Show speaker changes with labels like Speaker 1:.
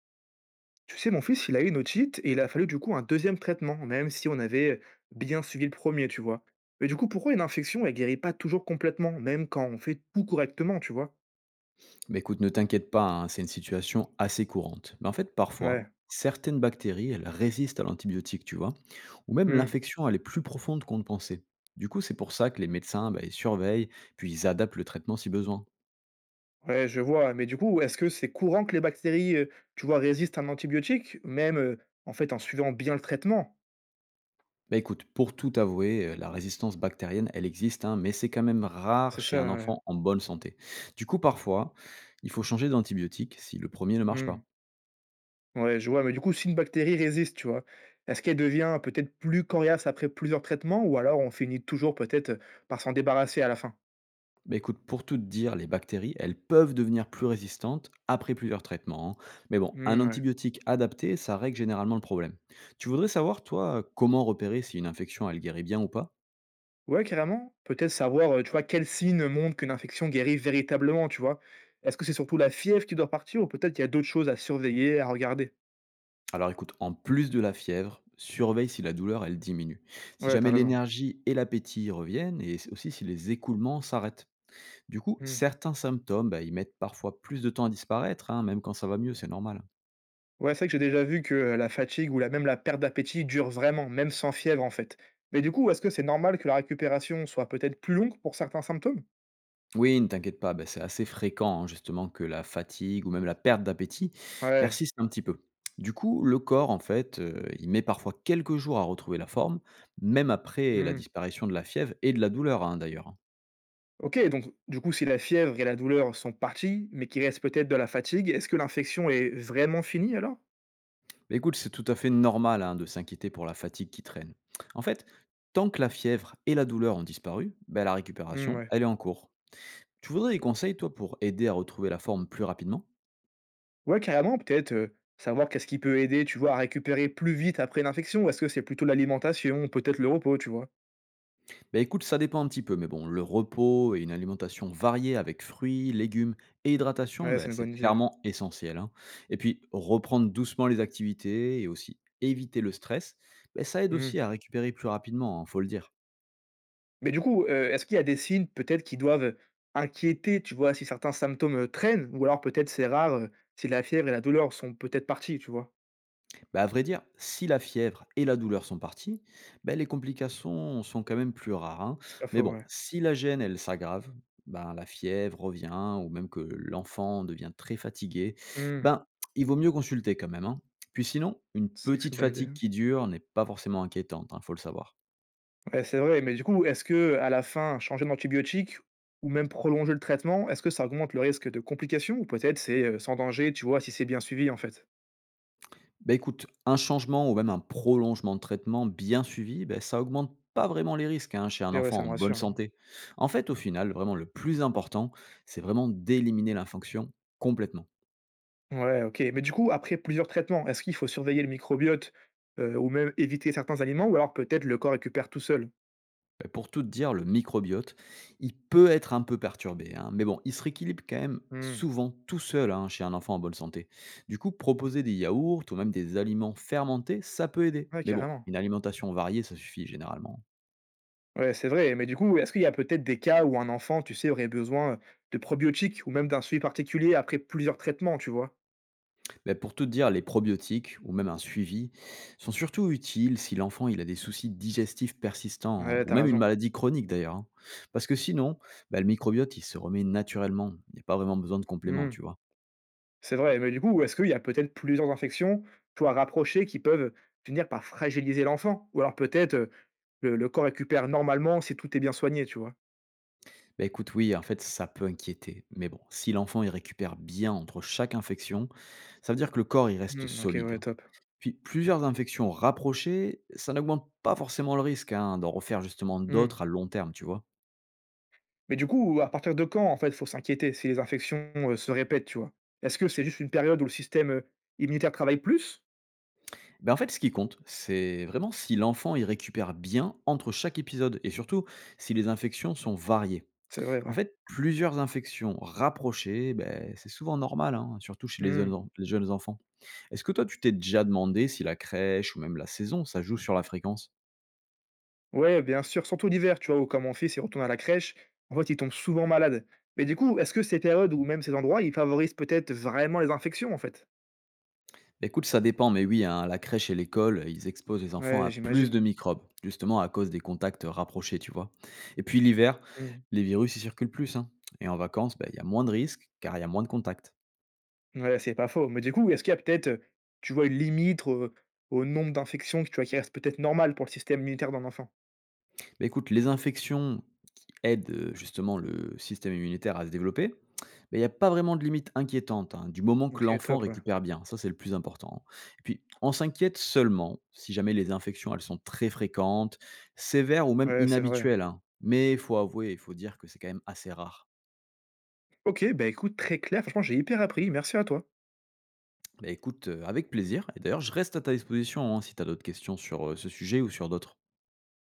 Speaker 1: Tu sais, mon fils, il a eu une otite et il a fallu du coup un deuxième traitement, même si on avait bien suivi le premier, tu vois. Mais du coup, pourquoi une infection, elle guérit pas toujours complètement, même quand on fait tout correctement, tu vois?
Speaker 2: Bah, écoute, ne t'inquiète pas, hein, c'est une situation assez courante. Mais en fait, parfois,
Speaker 1: Ouais,
Speaker 2: certaines bactéries, elles résistent à l'antibiotique, tu vois, ou même
Speaker 1: hmm,
Speaker 2: l'infection, elle est plus profonde qu'on ne pensait. Du coup, c'est pour ça que les médecins, bah, ils surveillent, puis ils adaptent le traitement si besoin.
Speaker 1: ouais, je vois. Mais du coup, est-ce que c'est courant que les bactéries, tu vois, résistent à un antibiotique, même en fait en suivant bien le traitement?
Speaker 2: Bah écoute, pour tout avouer, la résistance bactérienne, elle existe, hein, mais c'est quand même rare
Speaker 1: C'est
Speaker 2: chez
Speaker 1: ça,
Speaker 2: un
Speaker 1: ouais.
Speaker 2: enfant en bonne santé. Du coup, parfois, il faut changer d'antibiotique si le premier ne marche
Speaker 1: Hmm.
Speaker 2: pas.
Speaker 1: Ouais, je vois. Mais du coup, si une bactérie résiste, tu vois, est-ce qu'elle devient peut-être plus coriace après plusieurs traitements, ou alors on finit toujours peut-être par s'en débarrasser à la fin?
Speaker 2: Bah, écoute, pour tout te dire, les bactéries, elles peuvent devenir plus résistantes après plusieurs traitements, hein. Mais bon, un
Speaker 1: Hmm, ouais.
Speaker 2: antibiotique adapté, ça règle généralement le problème. Tu voudrais savoir, toi, comment repérer si une infection, elle guérit bien ou pas.
Speaker 1: Ouais, carrément. Peut-être savoir, tu vois, quels signes montrent qu'une infection guérit véritablement, tu vois? Est-ce que c'est surtout la fièvre qui doit partir ou peut-être qu'il y a d'autres choses à surveiller, à regarder?
Speaker 2: Alors écoute, en plus de la fièvre, surveille si la douleur, elle diminue. Si
Speaker 1: Ouais, t'as
Speaker 2: jamais
Speaker 1: raison.
Speaker 2: l'énergie et l'appétit reviennent, et aussi si les écoulements s'arrêtent. Du coup,
Speaker 1: Mmh.
Speaker 2: certains symptômes, bah, ils mettent parfois plus de temps à disparaître, hein, même quand ça va mieux, c'est normal.
Speaker 1: Ouais, c'est vrai que j'ai déjà vu que la fatigue ou la même la perte d'appétit dure vraiment, même sans fièvre, en fait. Mais du coup, est-ce que c'est normal que la récupération soit peut-être plus longue pour certains symptômes?
Speaker 2: Oui, ne t'inquiète pas, bah, c'est assez fréquent hein, justement que la fatigue ou même la perte d'appétit
Speaker 1: Ouais.
Speaker 2: persiste un petit peu. Du coup, le corps, en fait, il met parfois quelques jours à retrouver la forme, même après la
Speaker 1: Mmh.
Speaker 2: disparition de la fièvre et de la douleur, hein, d'ailleurs, hein.
Speaker 1: OK, donc du coup, si la fièvre et la douleur sont parties, mais qu'il reste peut-être de la fatigue, est-ce que l'infection est vraiment finie alors?
Speaker 2: Mais écoute, c'est tout à fait normal hein, de s'inquiéter pour la fatigue qui traîne. En fait, tant que la fièvre et la douleur ont disparu, bah, la
Speaker 1: Mmh,
Speaker 2: récupération,
Speaker 1: ouais.
Speaker 2: elle est en cours. Tu voudrais des conseils, toi, pour aider à retrouver la forme plus rapidement.
Speaker 1: Ouais, carrément, peut-être savoir qu'est-ce qui peut aider, tu vois, à récupérer plus vite après une infection? Ou est-ce que c'est plutôt l'alimentation, peut-être le repos, tu vois?
Speaker 2: Bah écoute, ça dépend un petit peu, mais bon, le repos et une alimentation variée avec fruits, légumes et hydratation,
Speaker 1: Ouais,
Speaker 2: bah,
Speaker 1: c'est une
Speaker 2: c'est
Speaker 1: bonne idée, ouais.
Speaker 2: clairement essentiel, hein. Et puis, reprendre doucement les activités et aussi éviter le stress, bah, ça aide
Speaker 1: Mmh.
Speaker 2: aussi à récupérer plus rapidement, hein, faut le dire.
Speaker 1: Mais du coup, est-ce qu'il y a des signes peut-être qui doivent, inquiéter, tu vois, si certains symptômes, traînent? Ou alors peut-être c'est rare, si la fièvre et la douleur sont peut-être parties, tu vois?
Speaker 2: Bah, à vrai dire, si la fièvre et la douleur sont parties, bah, les complications sont quand même plus rares, hein.
Speaker 1: C'est pas
Speaker 2: Mais
Speaker 1: faux,
Speaker 2: bon,
Speaker 1: ouais.
Speaker 2: si la gêne, elle s'aggrave, ben la fièvre revient, ou même que l'enfant devient très fatigué,
Speaker 1: Mmh.
Speaker 2: ben, il vaut mieux consulter quand même, hein. Puis sinon, une
Speaker 1: C'est vrai que c'est
Speaker 2: petite
Speaker 1: une bonne idée,
Speaker 2: fatigue
Speaker 1: ouais.
Speaker 2: qui dure n'est pas forcément inquiétante, il faut le savoir.
Speaker 1: Ouais, c'est vrai, mais du coup, est-ce que, à la fin, changer d'antibiotique ou même prolonger le traitement, est-ce que ça augmente le risque de complications? Ou peut-être c'est sans danger, tu vois, si c'est bien suivi, en fait?
Speaker 2: Bah, écoute, un changement ou même un prolongement de traitement bien suivi, bah, ça augmente pas vraiment les risques hein, chez un
Speaker 1: Et ouais, ça
Speaker 2: enfant
Speaker 1: me
Speaker 2: en bonne
Speaker 1: rassure, hein.
Speaker 2: santé. En fait, au final, vraiment le plus important, c'est vraiment d'éliminer l'infection complètement.
Speaker 1: Ouais, OK. Mais du coup, après plusieurs traitements, est-ce qu'il faut surveiller le microbiote, ou même éviter certains aliments ou alors peut-être le corps récupère tout seul?
Speaker 2: Bah, pour tout te dire, le microbiote, il peut être un peu perturbé, hein, mais bon, il se rééquilibre quand même
Speaker 1: Mmh.
Speaker 2: souvent tout seul hein, chez un enfant en bonne santé. Du coup, proposer des yaourts ou même des aliments fermentés, ça peut aider.
Speaker 1: Ouais,
Speaker 2: Mais bon,
Speaker 1: carrément.
Speaker 2: une alimentation variée, ça suffit généralement, hein.
Speaker 1: Ouais, c'est vrai. Mais du coup, est-ce qu'il y a peut-être des cas où un enfant, tu sais, aurait besoin, de probiotiques ou même d'un suivi particulier après plusieurs traitements, tu vois?
Speaker 2: Beh, pour tout te dire, les probiotiques ou même un suivi sont surtout utiles si l'enfant il a des soucis digestifs persistants hein,
Speaker 1: Ouais,
Speaker 2: ou
Speaker 1: t'as
Speaker 2: même une
Speaker 1: raison.
Speaker 2: maladie chronique d'ailleurs, hein. Parce que sinon, bah, le microbiote il se remet naturellement. Il n'y a pas vraiment besoin de compléments,
Speaker 1: Mmh.
Speaker 2: tu vois.
Speaker 1: C'est vrai. Mais du coup, est-ce qu'il y a peut-être plusieurs infections, tu vois, rapprochées qui peuvent finir par fragiliser l'enfant? Ou alors peut-être, le corps récupère normalement si tout est bien soigné, tu vois?
Speaker 2: Ben écoute, oui, en fait, ça peut inquiéter. Mais bon, si l'enfant il récupère bien entre chaque infection, ça veut dire que le corps il reste
Speaker 1: Mmh, OK,
Speaker 2: solide,
Speaker 1: ouais,
Speaker 2: hein.
Speaker 1: top.
Speaker 2: Puis plusieurs infections rapprochées, ça n'augmente pas forcément le risque hein, d'en refaire justement
Speaker 1: Mmh.
Speaker 2: d'autres à long terme, tu vois.
Speaker 1: Mais du coup, à partir de quand, en fait, il faut s'inquiéter si les infections, se répètent, tu vois? Est-ce que c'est juste une période où le système immunitaire travaille plus?
Speaker 2: Ben en fait, ce qui compte, c'est vraiment si l'enfant y récupère bien entre chaque épisode et surtout si les infections sont variées.
Speaker 1: C'est vrai,
Speaker 2: En
Speaker 1: ouais.
Speaker 2: fait, plusieurs infections rapprochées, ben, c'est souvent normal, hein, surtout chez les,
Speaker 1: Mmh.
Speaker 2: les jeunes enfants. Est-ce que toi, tu t'es déjà demandé si la crèche ou même la saison, ça joue sur la fréquence.
Speaker 1: Ouais, bien sûr, surtout l'hiver, tu vois? Où comme mon fils, il retourne à la crèche, en fait, il tombe souvent malade. Mais du coup, est-ce que ces périodes ou même ces endroits, ils favorisent peut-être vraiment les infections, en fait?
Speaker 2: Ben écoute, ça dépend, mais oui, hein, la crèche et l'école, ils exposent les enfants
Speaker 1: Ouais,
Speaker 2: à plus de
Speaker 1: j'imagine.
Speaker 2: microbes, justement à cause des contacts rapprochés, tu vois. Et puis l'hiver,
Speaker 1: Mmh.
Speaker 2: les virus y circulent plus, hein, et en vacances, ben, il y a moins de risques car il y a moins de contacts.
Speaker 1: Ouais, c'est pas faux. Mais du coup, est-ce qu'il y a peut-être, tu vois, une limite, au nombre d'infections que tu vois, qui reste peut-être normal pour le système immunitaire d'un enfant?
Speaker 2: Bah, écoute, les infections qui aident, justement le système immunitaire à se développer, mais il n'y a pas vraiment de limite inquiétante, hein, du moment que
Speaker 1: OK,
Speaker 2: l'enfant
Speaker 1: top, ouais.
Speaker 2: récupère bien, ça c'est le plus important. Et puis, on s'inquiète seulement si jamais les infections, elles sont très fréquentes, sévères ou même
Speaker 1: Ouais, c'est vrai.
Speaker 2: inhabituelles, hein. Mais il faut avouer, il faut dire que c'est quand même assez rare.
Speaker 1: OK, bah, écoute, très clair. Franchement, j'ai hyper appris. Merci à toi.
Speaker 2: Bah, écoute, avec plaisir et d'ailleurs je reste à ta disposition, hein, si tu as d'autres questions sur, ce sujet ou sur d'autres.